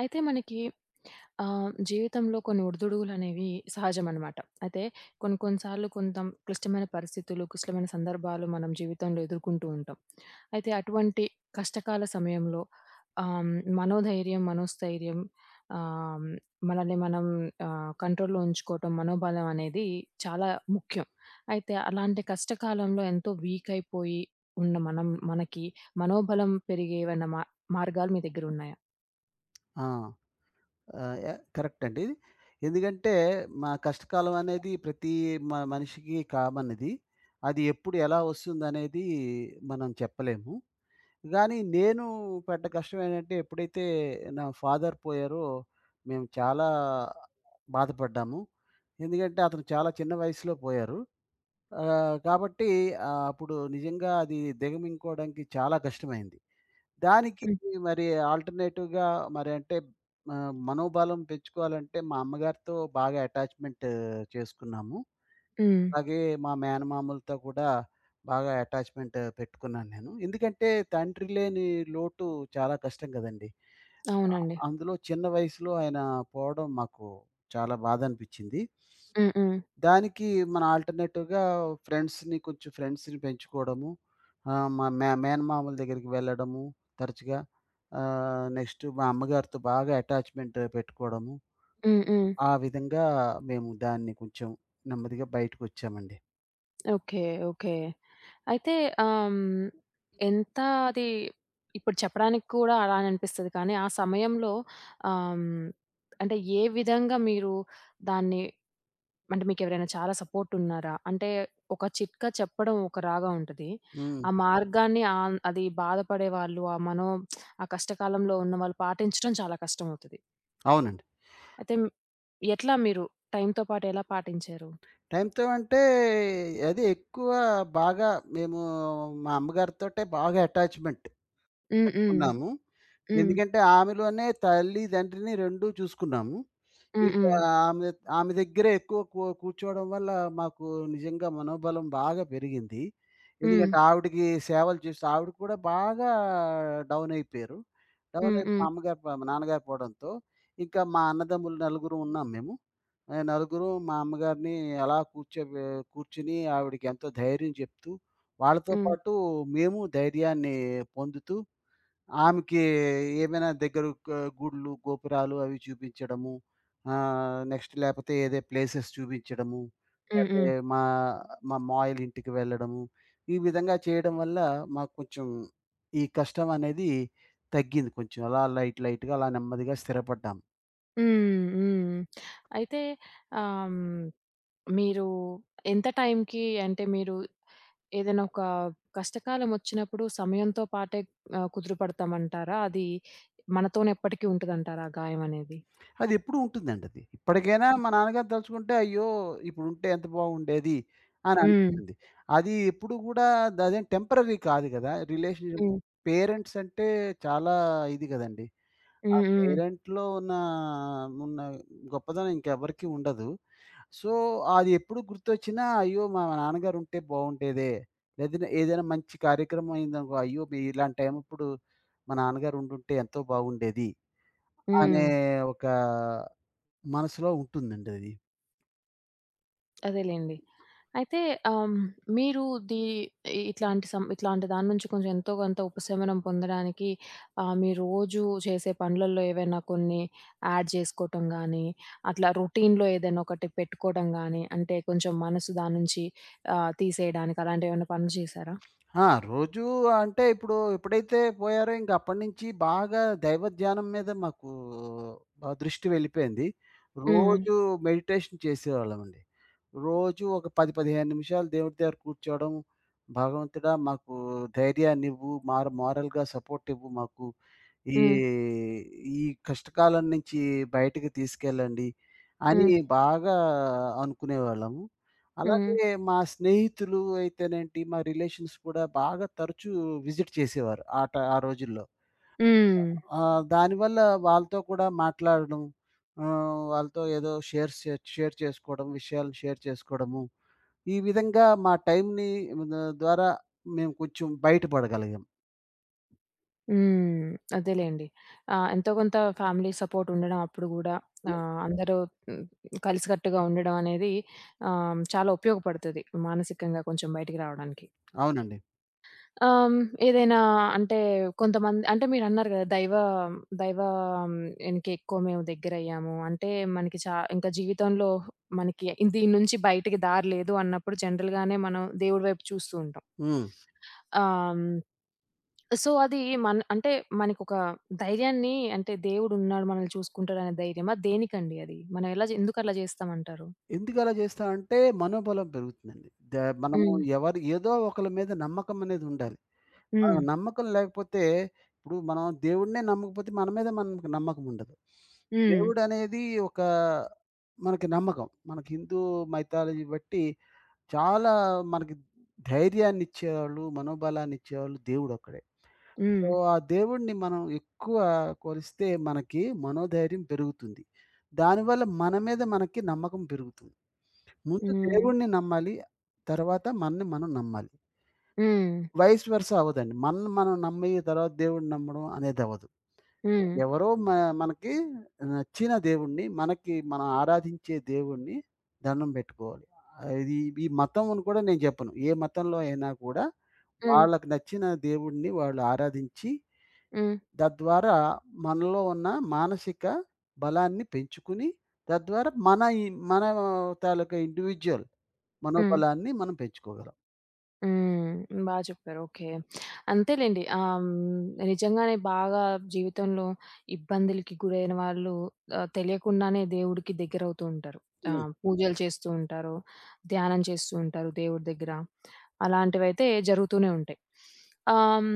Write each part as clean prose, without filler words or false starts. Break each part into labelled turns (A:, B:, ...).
A: అయితే మనకి జీవితంలో కొన్ని ఒడిదుడుగులనేవి సహజమనమాట. అయితే కొన్ని కొన్ని సార్లు కొంత క్లిష్టమైన పరిస్థితులు, క్లిష్టమైన సందర్భాలు మనం జీవితంలో ఎదుర్కొంటూ ఉంటాం. అయితే అటువంటి కష్టకాల సమయంలో ఆహ్, మనోధైర్యం, మనోస్థైర్యం, ఆహ్, మనల్ని మనం కంట్రోల్‌లో ఉంచుకోవటం, మనోబలం అనేది చాలా ముఖ్యం. అయితే అలాంటి కష్టకాలంలో ఎంతో వీక్ అయిపోయి ఉన్న మనం, మనకి మనోబలం పెరిగే ఏవైనా మార్గాలు మీ దగ్గర ఉన్నాయా?
B: ఆ! ఆహ్, య కరెక్ట్ అండి. ఎందుకంటే మా కష్టకాలం అనేది ప్రతి మనిషికి కామన్ ఇది. అది ఎప్పుడు ఎలా వస్తుందనేది మనం చెప్పలేము. గానీ నేను పడ్డ కష్టం ఏంటంటే, ఎప్పుడైతే నా ఫాదర్ పోయారో మేము చాలా బాధపడ్డాము. ఎందుకంటే అతను చాలా చిన్న వయసులో పోయారు. కాబట్టి అప్పుడు నిజంగా అది దిగమింగుకోవడానికి చాలా కష్టమైంది. దానికి
A: హ్మ్.
B: మరి ఆల్టర్‌నేటివ్‌గా, మరి అంటే మనోబలం పెంచుకోవాలంటే మా అమ్మగారితో బాగా అటాచ్‌మెంట్ చేసుకున్నాము.
A: హ్మ్.
B: అలాగే మా మేనమామలతో కూడా బాగా అటాచ్‌మెంట్ పెట్టుకున్నాను నేను. ఎందుకంటే తండ్రి లేని లోటు చాలా కష్టం కదండీ!
A: అవునండి.
B: అందులో చిన్న వయసులో ఆయన పోవడం మాకు చాలా బాధ అనిపించింది.
A: హ్మ్. హ్మ్.
B: దానికి మన ఆల్టర్‌నేటివ్‌గా ఫ్రెండ్స్‌ని, కొంచెం ఫ్రెండ్స్‌ని పెంచుకోవడము. మా మేనమామల దగ్గరికి వెళ్ళడము తరచుగా. నెక్స్ట్ మా అమ్మగారితో బాగా అటాచ్‌మెంట్ పెట్టుకోవడము.
A: హ్మ్. హ్మ్.
B: ఆ విధంగా మేము దాన్ని కొంచెం నెమ్మదిగా బయటకొచ్చామండి.
A: ఓకే. ఓకే. అయితే ఆహ్, హ్మ్, ఎంత అది ఇప్పుడు చెప్పడానికి కూడా అలానే అనిపిస్తది కానీ, ఆ సమయంలో ఆహ్, హ్మ్, అంటే ఏ విధంగా మీరు దాన్ని, అంటే మీకెవరైనా చాలా సపోర్ట్ ఉన్నారా? అంటే ఒక చిట్కా చెప్పడం ఒక రాగా ఉంటది.
B: హ్మ్.
A: ఆ మార్గాన్ని అది బాధపడేవాళ్ళు, ఆ కష్టకాలంలో ఉన్నవాళ్ళు పాటించడం చాలా కష్టమవుతది.
B: అవునండి.
A: అయితే ఎట్లా మీరు టైమ్‌తో పాటు ఎలా పాటించారు?
B: టైంతో అంటే అది ఎక్కువ బాగా మేము మా అమ్మగారితోటే బాగా అటాచ్‌మెంట్
A: హ్మ్. హ్మ్.
B: పెట్టుకున్నాము.
A: హ్మ్.
B: ఎందుకంటే ఆమెలోనే తల్లి, తండ్రిని 2 చూసుకున్నాము.
A: హ్మ్.
B: ఇంకా
A: హ్మ్.
B: ఆమె ఆమె దగ్గరే ఎక్కువ కూర్చోవడం వల్ల మాకు నిజంగా మనోబలం బాగా పెరిగింది.
A: హ్మ్.
B: ఎందుకంటే ఆవిడకి సేవలు చేస్తూ ఆవిడ కూడా బాగా డౌన్ అయిపోయారు. డౌన్
A: హ్మ్.
B: అయిపోయి, మా
A: హ్మ్.
B: అమ్మగారు ప మా నాన్నగారు పోవడంతో ఇంకా మా అన్నదమ్ములు నలుగురు ఉన్నాం మేము. నలుగురు మా అమ్మగారిని అలా కూర్చొని ఆవిడకి ఎంతో ధైర్యం చెప్తూ, వాళ్ళతో
A: హ్మ్.
B: పాటు మేము ధైర్యాన్ని పొందుతూ, ఆమెకి ఏమైనా దగ్గర గుడులు, గోపురాలు అవి చూపించడము. నెక్స్ట్ లేపోతే ఏదే ప్లేసెస్ చూపించడము.
A: హ్మ్.
B: లేతే
A: హ్మ్.
B: మా మా మావయ్యల ఇంటికి వెళ్ళడము. ఈ విధంగా చేయడం వల్ల మాకు కొంచెం ఈ కష్టం అనేది తగ్గింది కొంచెం. అలా లైట్ లైట్‌గా అలా నెమ్మదిగా స్థిరపడ్డాం.
A: హ్మ్. హ్మ్. అయితే ఆహ్, హ్మ్, మీరు ఎంత టైంకి, అంటే మీరు ఏదైనా ఒక కష్టకాలం వచ్చినప్పుడు సమయంతో పాటే కుదురుపడతామంటారా? అది మనతోనే ఎప్పటికీ ఉంటదంటారా, ఆ గాయం అనేది?
B: అదెప్పుడూ ఉంటుందండి అది. ఇప్పటికైనా మా నాన్నగారు తలుచుకుంటే, అయ్యో! ఇప్పుడుంటే ఎంత బావుండేది అని
A: హ్మ్.
B: అనిపిస్తుంది. అది ఎప్పుడు గూడా అదేం టెంపరరీ కాదు గదా! రిలేషన్‌షిప్,
A: హ్మ్.
B: పేరెంట్స్ అంటే చాలా ఇది గదండీ. ఆ
A: హ్మ్. హ్మ్.
B: పేరెంట్‌లో ఉన్న గొప్పదనం ఇంకెవరికీ ఉండదు. సో, అది ఎప్పుడు గుర్తొచ్చినా, అయ్యో! మా నాన్నగారుంటే బావుండేదే. లేదంటే ఏదైనా మంచి కార్యక్రమం అయిందనుకో, అయ్యో! మీ ఇలాంటి టైం ఇప్పుడు మా నాన్నగారుండుంటే ఎంతో బావుండేది అనే
A: హ్మ్.
B: ఒక మనసులో ఉంటుందండి అది.
A: అదేలెండి. అయితే ఆహ్, మీరు దీ ఇట్లాంటి దాని నుంచి కొంచెం ఎంతో కొంత ఉపశమనం పొందడానికి, మీ రోజు చేసే పనులలో ఏవైనా కొన్ని యాడ్ చేసుకోవటం గానీ, అట్లా రొటీన్‌లో ఏదైనా ఒకటి పెట్టుకోవడం గానీ, అంటే కొంచెం మనసు దాని నుంచి తీసేయడానికి అలాంటివేమన్నా పనులు చేశారా?
B: ఆ! రోజూ అంటే ఇప్పుడు ఎప్పుడైతే పోయారో ఇంక అప్పటినుంచి బాగా దైవ ధ్యానం మీద మాకు దృష్టి వెళ్ళిపోయింది.
A: హ్మ్.
B: రోజు మెడిటేషన్ చేసేవాళ్ళమండి. రోజు ఒక 10, 15 నిమిషాలు దేవుడి దగ్గర కూర్చోవడం. భగవంతుడా, మాకు ధైర్యాన్నివ్వు, మోరల్‌గా సపోర్ట్ ఇవ్వు మాకు. ఈ,
A: హ్మ్.
B: ఈ కష్టకాలం నుంచి బయటకి తీసుకెళ్ళండి అని
A: హ్మ్.
B: బాగా అనుకునేవాళ్ళము.
A: హ్మ్.
B: అలాగే మా స్నేహితులు అయితేనేంటి, మా రిలేషన్స్ కూడా బాగా తరచూ విజిట్ చేసేవారు ఆ రోజుల్లో.
A: హ్మ్.
B: దానివల్ల వాళ్ళతో కూడా మాట్లాడడం, వాళ్ళతో ఏదో షేర్ చేసుకోవడం, విషయాలను షేర్ చేసుకోవడము. ఈ విధంగా మా టైమ్‌ని ద ద్వారా మేము కొంచెం బయటపడగలిగాం.
A: హ్మ్. అదేలెండి. ఎంతో కొంత ఫ్యామిలీ సపోర్ట్ ఉండడం అప్పుడు గూడా,
B: హ్మ్.
A: అందరూ హ్మ్, కలిసికట్టుగా ఉండడం అనేది చాలా ఉపయోగపడుతది, మానసికంగా కొంచెం బయటికి రావడానికి.
B: అవునండి.
A: ఆహ్, హ్మ్. ఏదైనా, అంటే కొంతమంది, అంటే మీరన్నారు గదా! దైవ దైవ ఎనక ఎక్కువ మేము దగ్గరయ్యాము. అంటే మనకి చా ఇంకా జీవితంలో మనకి దీని నుంచి బయటికి దారి లేదు అన్నప్పుడు, జనరల్‌గానే మనం దేవుడి వైపు చూస్తూ ఉంటాం.
B: హ్మ్.
A: ఆహ్, హ్మ్. సో, అది, మన అంటే మనకొక ధైర్యాన్ని, అంటే దేవుడున్నాడు మనల్ని చూసుకుంటాడనే ధైర్యమా? దేనికండి అది? మనం ఎందుకు అలా చేస్తామంటారు?
B: ఎందుకలా చేస్తామంటే, మనోబలం పెరుగుతుందండి. ద మనము
A: హ్మ్.
B: ఎవరు ఏదో ఒకళ్ళ మీద నమ్మకం అనేది ఉండాలి. ఆ!
A: హ్మ్.
B: నమ్మకం లేకపోతే, ఇప్పుడు మనం దేవుడినే నమ్మకపోతే మన మీద మనకు నమ్మకం ఉండదు.
A: హ్మ్.
B: దేవుడనేది ఒక మనకి నమ్మకం. మనకి హిందూ మైథాలజీ బట్టి చాలా మనకి ధైర్యాన్నిచ్చేవాళ్ళు, మనోబలాన్నిచ్చేవాళ్ళు దేవుడొక్కడే. సో,
A: హ్మ్.
B: ఆ దేవుడిని మనం ఎక్కువ కొలిస్తే మనకి మనోధైర్యం పెరుగుతుంది. దానివల్ల మన మీద మనకి నమ్మకం పెరుగుతుంది. ముందు
A: హ్మ్.
B: దేవుడిని నమ్మాలి. తర్వాత మనని మనం నమ్మాలి.
A: హ్మ్. హ్మ్.
B: వైస్ వెర్సా అవ్వదండి. మనల్ని మనం నమ్మి తర్వాత దేవుడిని నమ్మడం అనేదవ్వదు.
A: హ్మ్.
B: ఎవరో మ మనకి నచ్చిన దేవుడిని, మనకి మనం ఆరాధించే దేవుడిని దండం పెట్టుకోవాలి. ఆ, ఇది ఈ మతం అని కూడా నేను చెప్పను. ఏ మతంలో అయినా కూడా
A: హ్మ్.
B: వాళ్ళకి నచ్చిన దేవుడిని వాళ్ళు ఆరాధించి,
A: హ్మ్.
B: తద్వారా మనలో ఉన్న మానసిక బలాన్ని పెంచుకుని, తద్వారా మన తాలూకా ఇండివిడ్యుయల్
A: హ్మ్.
B: మనోబలాన్ని మనం పెంచుకోగలం.
A: హ్మ్. బా చెప్పారు. ఓకే. అంతేలెండి. నిజంగానే బాగా జీవితంలో ఇబ్బందులకి గురైన వాళ్ళు తెలియకుండానే దేవుడికి దగ్గరవుతూ ఉంటారు. ఆ!
B: హ్మ్.
A: పూజలు చేస్తూ ఉంటారు, ధ్యానం చేస్తూ ఉంటారు దేవుడి దగ్గర. అలాంటివైతే జరుగుతూనే ఉంటాయి. ఆహ్, హ్మ్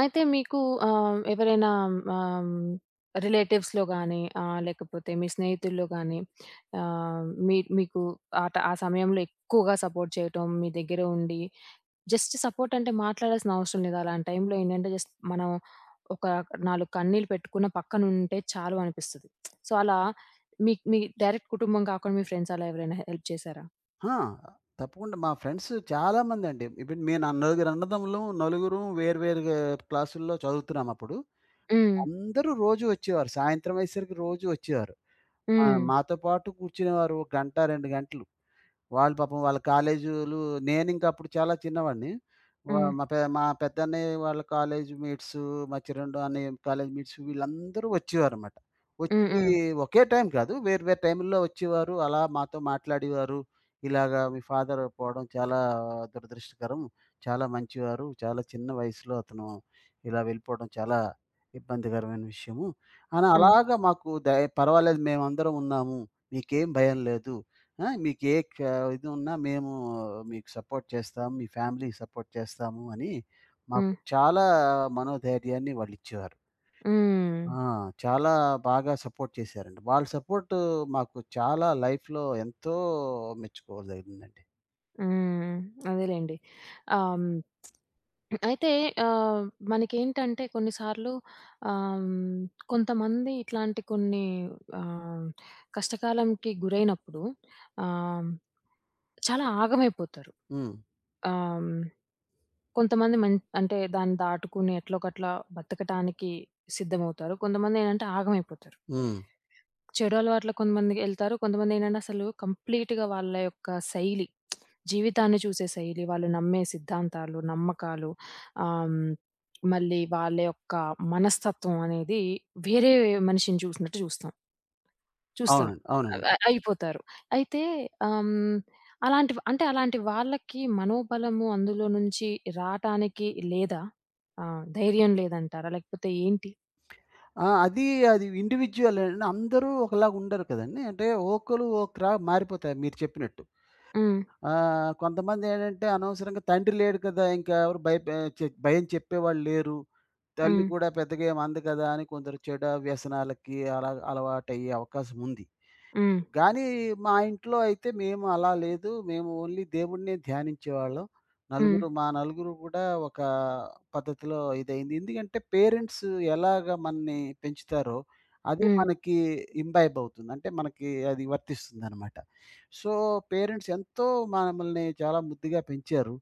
A: అయితే మీకు ఎవరైనా, ఆహ్, రిలేటివ్స్‌లో గాని, లేకపోతే మీ స్నేహితుల్లో గాని, ఆహ్, మీకు ఆ సమయంలో ఎక్కువగా సపోర్ట్ చేయటం, మీ దగ్గర ఉండి, జస్ట్ సపోర్ట్, అంటే మాట్లాడాల్సిన అవసరం లేదు. అలాంటి టైంలో ఏంటంటే, జస్ట్ మనం ఒక 4 కన్నీళ్ళు పెట్టుకున్న పక్కన ఉంటే చాలు అనిపిస్తది. సో, అలా మీ మీ డైరెక్ట్ కుటుంబం కాకుండా మీ ఫ్రెండ్స్ అలా ఎవరైనా హెల్ప్ చేసారా?
B: ఆ! తప్పకుండా మా ఫ్రెండ్స్ చాలామందండి. ఇప్పుడు మేము నలుగురు అన్నదమ్ములం, నలుగురం వేరు వేరుగా క్లాసుల్లో చదువుతున్నామప్పుడు.
A: హ్మ్.
B: అందరూ రోజు వచ్చేవారు. సాయంత్రం అయ్యేసరికి రోజు వచ్చేవారు. ఆ!
A: హ్మ్.
B: మాతో పాటు కూర్చునేవారు. ఒక గంట, 2 గంటలు. వాళ్ళు పాపం, వాళ్ళ కాలేజీలు. నేనింక అప్పుడు చాలా చిన్నవాడిని. వ
A: హ్మ్.
B: మా పెద్దన్నయ్య వాళ్ళ కాలేజ్ మీట్స్, మా చిన్నోడు అన్నయ్య కాలేజ్ మీట్స్, వీళ్ళందరూ వచ్చేవారన్నమాట.
A: హ్మ్.
B: వచ్చి
A: హ్మ్.
B: ఒకే టైం కాదు, వేరు వేరు టైముల్లో వచ్చేవారు. అలా మాతో మాట్లాడేవారు. ఇలాగా మీ ఫాదర్ పోవడం చాలా దురదృష్టకరం. చాలా మంచివారు. చాలా చిన్న వయసులో అతను ఇలా వెళ్ళిపోవడం చాలా ఇబ్బందికరమైన విషయము. అని
A: హ్మ్.
B: అలాగా మాకు పర్వాలేదు, మేమందరం ఉన్నాము. మీకేం భయం లేదు. ఆ! మీకు ఏ క ఇది ఉన్నా మేము మీకు సపోర్ట్ చేస్తాం. మీ ఫ్యామిలీకి సపోర్ట్ చేస్తాము అని మాకు
A: హ్మ్.
B: చాలా మనోధైర్యాన్ని వాళ్ళిచ్చేవారు.
A: హ్మ్.
B: ఆ! చాలా బాగా సపోర్ట్ చేశారండి. వాళ్ళ సపోర్టు మాకు చాలా లైఫ్‌లో ఎంతో మెచ్చుకోదగిందండి.
A: హ్మ్. అదేలెండి. ఆహ్, హ్మ్. అయితే ఆహ్, మనకేంటంటే కొన్నిసార్లు ఆహ్, హ్మ్, కొంతమంది ఇట్లాంటి కొన్ని ఆహ్, కష్టకాలంకి గురైనప్పుడు ఆహ్, చాలా ఆగమైపోతారు.
B: హ్మ్.
A: ఆహ్, హ్మ్. కొంతమంది మన్ అంటే దాన్ని దాటుకుని ఎట్లోకట్లా బతకటానికి సిద్ధమవుతారు. కొంతమందేంటంటే ఆగమైపోతారు.
B: హ్మ్.
A: చెడు అలవాట్లకు కొంతమందికెళ్తారు. కొంతమందేంటంటే అసలు కంప్లీట్‌గా వాళ్ళ యొక్క శైలి, జీవితాన్ని చూసే శైలి, వాళ్ళు నమ్మే సిద్ధాంతాలు, నమ్మకాలు, ఆహ్, హ్మ్, మళ్ళీ వాళ్ళ యొక్క మనస్తత్వం అనేది, వేరే మనిషిని చూసినట్టు చూస్తాం. చూస్తాం.
B: అవునండి.
A: అయిపోతారు. అయితే ఆహ్, అలాంటి వాళ్ళకి మనోబలము అందులో నుంచి రాటానికి లేదా? ధైర్యం లేదంటారా? లేకపోతే ఏంటి?
B: ఆ! అది అది ఇండివిడ్యువల్ అండి. అందరూ ఒకలాగా ఉండరు కదండీ. అంటే ఒక్కోళ్ళు ఒక్కలా మారిపోతారు మీరు చెప్పినట్టు.
A: హ్మ్.
B: కొంతమంది ఏంటంటే అనవసరంగా తండ్రి లేడు కదా, ఇంకా ఎవరు భయపే చె భయం చెప్పేవాళ్ళు లేరు, తల్లి
A: హ్మ్.
B: కూడా పెద్దగా ఏమి అంది కదా అని కొందరు చెడు వ్యసనాలకి అలా అలవాటయ్యే అవకాశం ఉంది.
A: హ్మ్.
B: గానీ మా ఇంట్లో అయితే మేము అలా లేదు. మేము ఓన్లీ దేవుడినే ధ్యానించేవాళ్ళం.
A: హ్మ్.
B: మా నలుగురు కూడా ఒక పద్ధతిలో ఇదైంది. ఎందుకంటే పేరెంట్స్ ఎలాగ మనని పెంచుతారో అదే
A: హ్మ్.
B: మనకి ఇంబైబ్ అవుతుంది. అంటే మనకి అది వర్తిస్తుందనమాట. సో, పేరెంట్స్ ఎంతో మనమల్ని చాలా ముద్దుగా పెంచారు.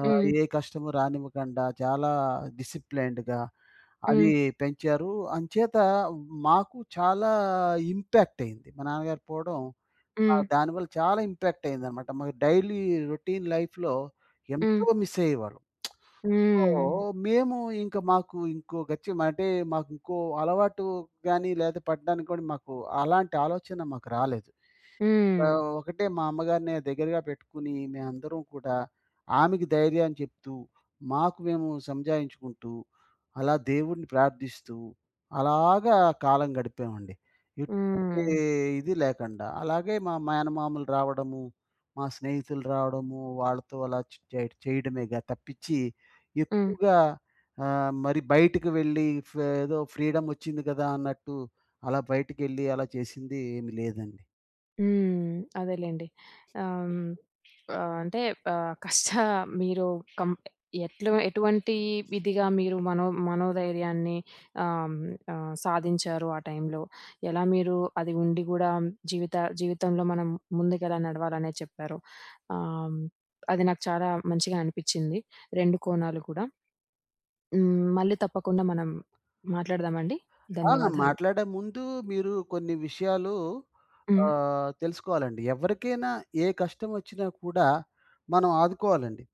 B: ఆహ్,
A: హ్మ్.
B: ఏ కష్టము రానివ్వకుండా చాలా డిసిప్లైన్డ్‌గా అది
A: హ్మ్.
B: పెంచారు. అంచేత మాకు చాలా ఇంపాక్ట్ అయింది. మా నాన్నగారు పోవడం. ఆ!
A: హ్మ్.
B: దానివల్ల చాలా ఇంపాక్ట్ అయిందనమాట. మాకు డైలీ రొటీన్ లైఫ్‌లో
A: హ్మ్.
B: ఎంతో మిస్ అయ్యేవాళ్ళం. సో,
A: హ్మ్.
B: మేము ఇంక మాకు ఇంకో గత్యం అంటే మాకు ఇంకో అలవాటు గాని, లేదా పడడానికి కూడా మాకు అలాంటి ఆలోచన మాకు రాలేదు.
A: హ్మ్.
B: ఒకటే మా అమ్మగారిని దగ్గరగా పెట్టుకొని మేమందరం కూడా ఆమెకి ధైర్యం చెప్తూ, మాకు మేము సంజాయించుకుంటూ, అలా దేవుడిని ప్రార్థిస్తూ, అలాగా కాలం గడిపామండి. ఎటువంటి
A: హ్మ్.
B: ఇది లేకుండా. అలాగే మా మేనమామలు రావడము, మా స్నేహితులు రావడము, వాళ్ళతో అలా చ్ చే చేయడమేగా తప్పిచ్చి
A: హ్మ్.
B: ఎక్కువగా మరి బయటికి వెళ్ళి ఏదో ఫ్రీడమ్ ఒచ్చింది కదా అన్నట్టు అలా బయటికెళ్ళి అలా చేసింది ఏమి లేదండి.
A: హ్మ్. అదేలెండి. ఆహ్, హ్మ్. ఆహ్, అంటే ఆహ్, కష్ట మీరు కం ఎట్లా, ఎటువంటి విధిగా మీరు మనోధైర్యాన్ని ఆహ్, సాధించారు ఆ టైంలో? ఎలా మీరు అది ఉండి గూడా జీవిత జీవితంలో మనం ముందుకెలా నడవాలనే చెప్పారు. ఆహ్, అది నాకు చాలా మంచిగా అనిపిచ్చింది, 2 కోణాలు కూడా. హ్మ్. మళ్ళీ తప్పకుండా మనం మాట్లాడదామండి.
B: ఆ!
A: ధన్యవాదాలు.
B: మాట్లాడే ముందు మీరు కొన్ని విషయాలు
A: హ్మ్.
B: తెలుసుకోవాలండి. ఎవరికైనా ఏ కష్టం వచ్చినా కూడా మనం ఆదుకోవాలండి.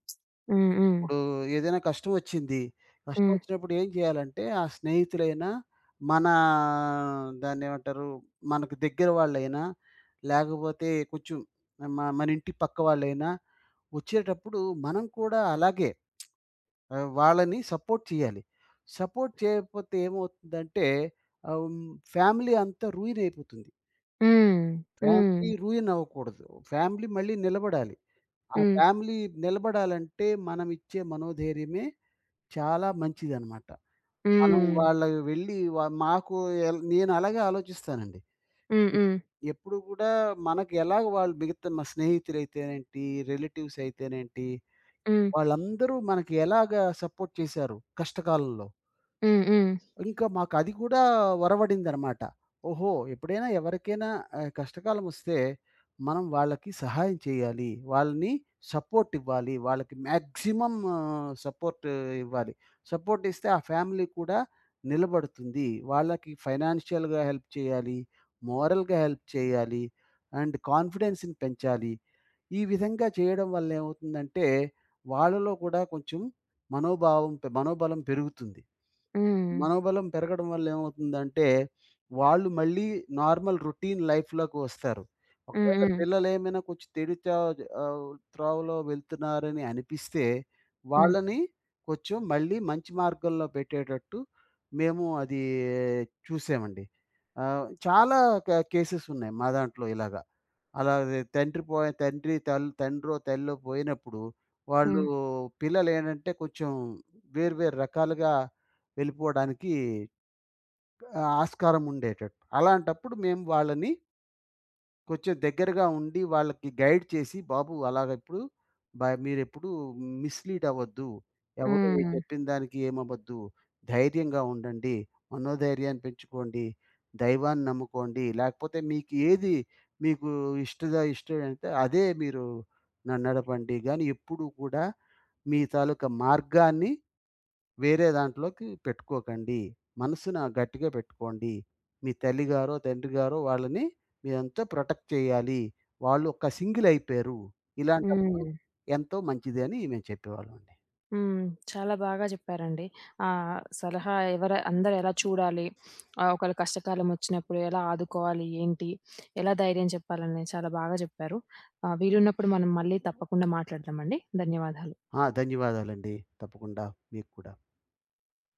A: హ్మ్. హ్మ్.
B: ఇప్పుడు ఏదైనా కష్టం వచ్చింది. కష్టం
A: హ్మ్.
B: వచ్చినప్పుడు ఏం చేయాలంటే, ఆ స్నేహితులైనా, మన దాన్ని ఏమంటారు, మనకు దగ్గర వాళ్ళైనా, లేకపోతే కొంచెం మన ఇంటి పక్క వాళ్ళైనా వచ్చేటప్పుడు మనం కూడా అలాగే వాళ్ళని సపోర్ట్ చేయాలి. సపోర్ట్ చేయకపోతే ఏమవుతుందంటే, ఫ్యామిలీ అంతా రూయిన్ అయిపోతుంది.
A: హ్మ్. హ్మ్.
B: ఫ్యామిలీ రూయిన్ అవ్వకూడదు. ఫ్యామిలీ మళ్ళీ నిలబడాలి. ఆ
A: హ్మ్.
B: ఫ్యామిలీ నిలబడాలంటే మనం ఇచ్చే మనోధైర్యమే చాలా మంచిదనమాట. మనం
A: Ừm,
B: వాళ్ళ వెళ్ళి వ మాకు ఎల్ నేను అలాగే ఆలోచిస్తానండి.
A: ừm,
B: ఎప్
A: ừm,
B: ఎప్పుడు కూడా మనకు ఎలాగ వాళ్ళు, మిగతా మా స్నేహితులైతేనేంటి, రిలేటివ్స్ అయితేనేంటి,
A: ừm,
B: వాళ్ళందరూ మనకి ఎలాగా సపోర్ట్ చేశారు కష్టకాలంలో.
A: ừm, ừm,
B: ఇంకా మాకది కూడా ఒరవడిందనమాట. ఓహో! ఎప్పుడైనా ఎవరికైనా కష్టకాలమొస్తే మనం వాళ్ళకి సహాయం చేయాలి. వాళ్ళని సపోర్ట్ ఇవ్వాలి. వాళ్ళకి మాక్సిమం సపోర్ట్ ఇవ్వాలి. సపోర్ట్ ఇస్తే ఆ ఫ్యామిలీ కూడా నిలబడుతుంది. వాళ్ళకి ఫైనాన్షియల్‌గా హెల్ప్ చేయాలి. మోరల్‌గా హెల్ప్ చేయాలి. అండ్ కాన్ఫిడెన్స్‌ని పెంచాలి. ఈ విధంగా చేయడం వల్ల ఏమవుతుందంటే, వాళ్ళలో కూడా కొంచెం మనోభావం మనోబలం పెరుగుతుంది.
A: ừm,
B: మనోబలం పెరగడం వల్ల ఏమవుతుందంటే, వాళ్ళు మళ్ళీ నార్మల్ రొటీన్ లైఫ్‌లోకి వస్తారు. ఒకవేళ
A: ừm,
B: పిల్లలేమైనా కొంచెం చెడు త్రోవలో వెళ్తున్నారని అనిపిస్తే,
A: హ్మ్.
B: వాళ్ళని కొంచెం మళ్ళీ మంచి మార్గంలో పెట్టేటట్టు మేము అది చూసామండి. చాలా కేసెస్ ఉన్నాయి మా దాంట్లో ఇలాగ. అలాగే తండ్రి పోయి, తండ్రి తల్ తండ్రో, తల్లో పోయినప్పుడు వాళ్ళు
A: హ్మ్.
B: పిల్లలేంటంటే కొంచెం వేరు వేరు రకాలుగా వెళ్ళిపోవడానికి ఆస్కారం ఉండేటట్టు. అలాంటప్పుడు మేము వాళ్ళని కొంచెం దగ్గరగా ఉండి వాళ్ళకి గైడ్ చేసి, "బాబు, అలాగ ఇప్పుడు మీరెప్పుడు మిస్‌లీడ్ అవ్వద్దు. ఎవరు
A: హ్మ్.
B: ఏ
A: హ్మ్.
B: చెప్పిన దానికి ఏమవ్వద్దు. ధైర్యంగా ఉండండి. మనోధైర్యాన్ని పెంచుకోండి. దైవాన్ని నమ్ముకోండి. లేకపోతే మీకు ఏది, మీకు ఇష్టమైతే అదే మీరు నడపండి గానీ ఎప్పుడూ కూడా మీ తాలూకా మార్గాన్ని" వేరే దాంట్లోకి పెట్టుకోకండి. మనసున గట్టిగా పెట్టుకోండి. మీ తల్లిగారో, తండ్రిగారో వాళ్ళని మీరంతా ప్రొటెక్ట్ చేయాలి. వాళ్ళు ఒక సింగిల్ అయిపోయారు. ఇలాంటప్పుడు
A: హ్మ్.
B: ఎంతో మంచిది అని మేము చెప్పేవాళ్ళమండి.
A: హ్మ్. చాలా బాగా చెప్పారండి. సలహా ఎవర అందరూ ఎలా చూడాలి? ఒకళ్ళ కష్టకాలం వచ్చినప్పుడు ఎలా ఆదుకోవాలి? ఏంటి? ఎలా ధైర్యం చెప్పాలని చాలా బాగా చెప్పారు. వీలున్నప్పుడు మనం మళ్ళీ తప్పకుండా మాట్లాడదామండి. ధన్యవాదాలు.
B: ఆ! ధన్యవాదాలండి. తప్పకుండా మీకు కూడా.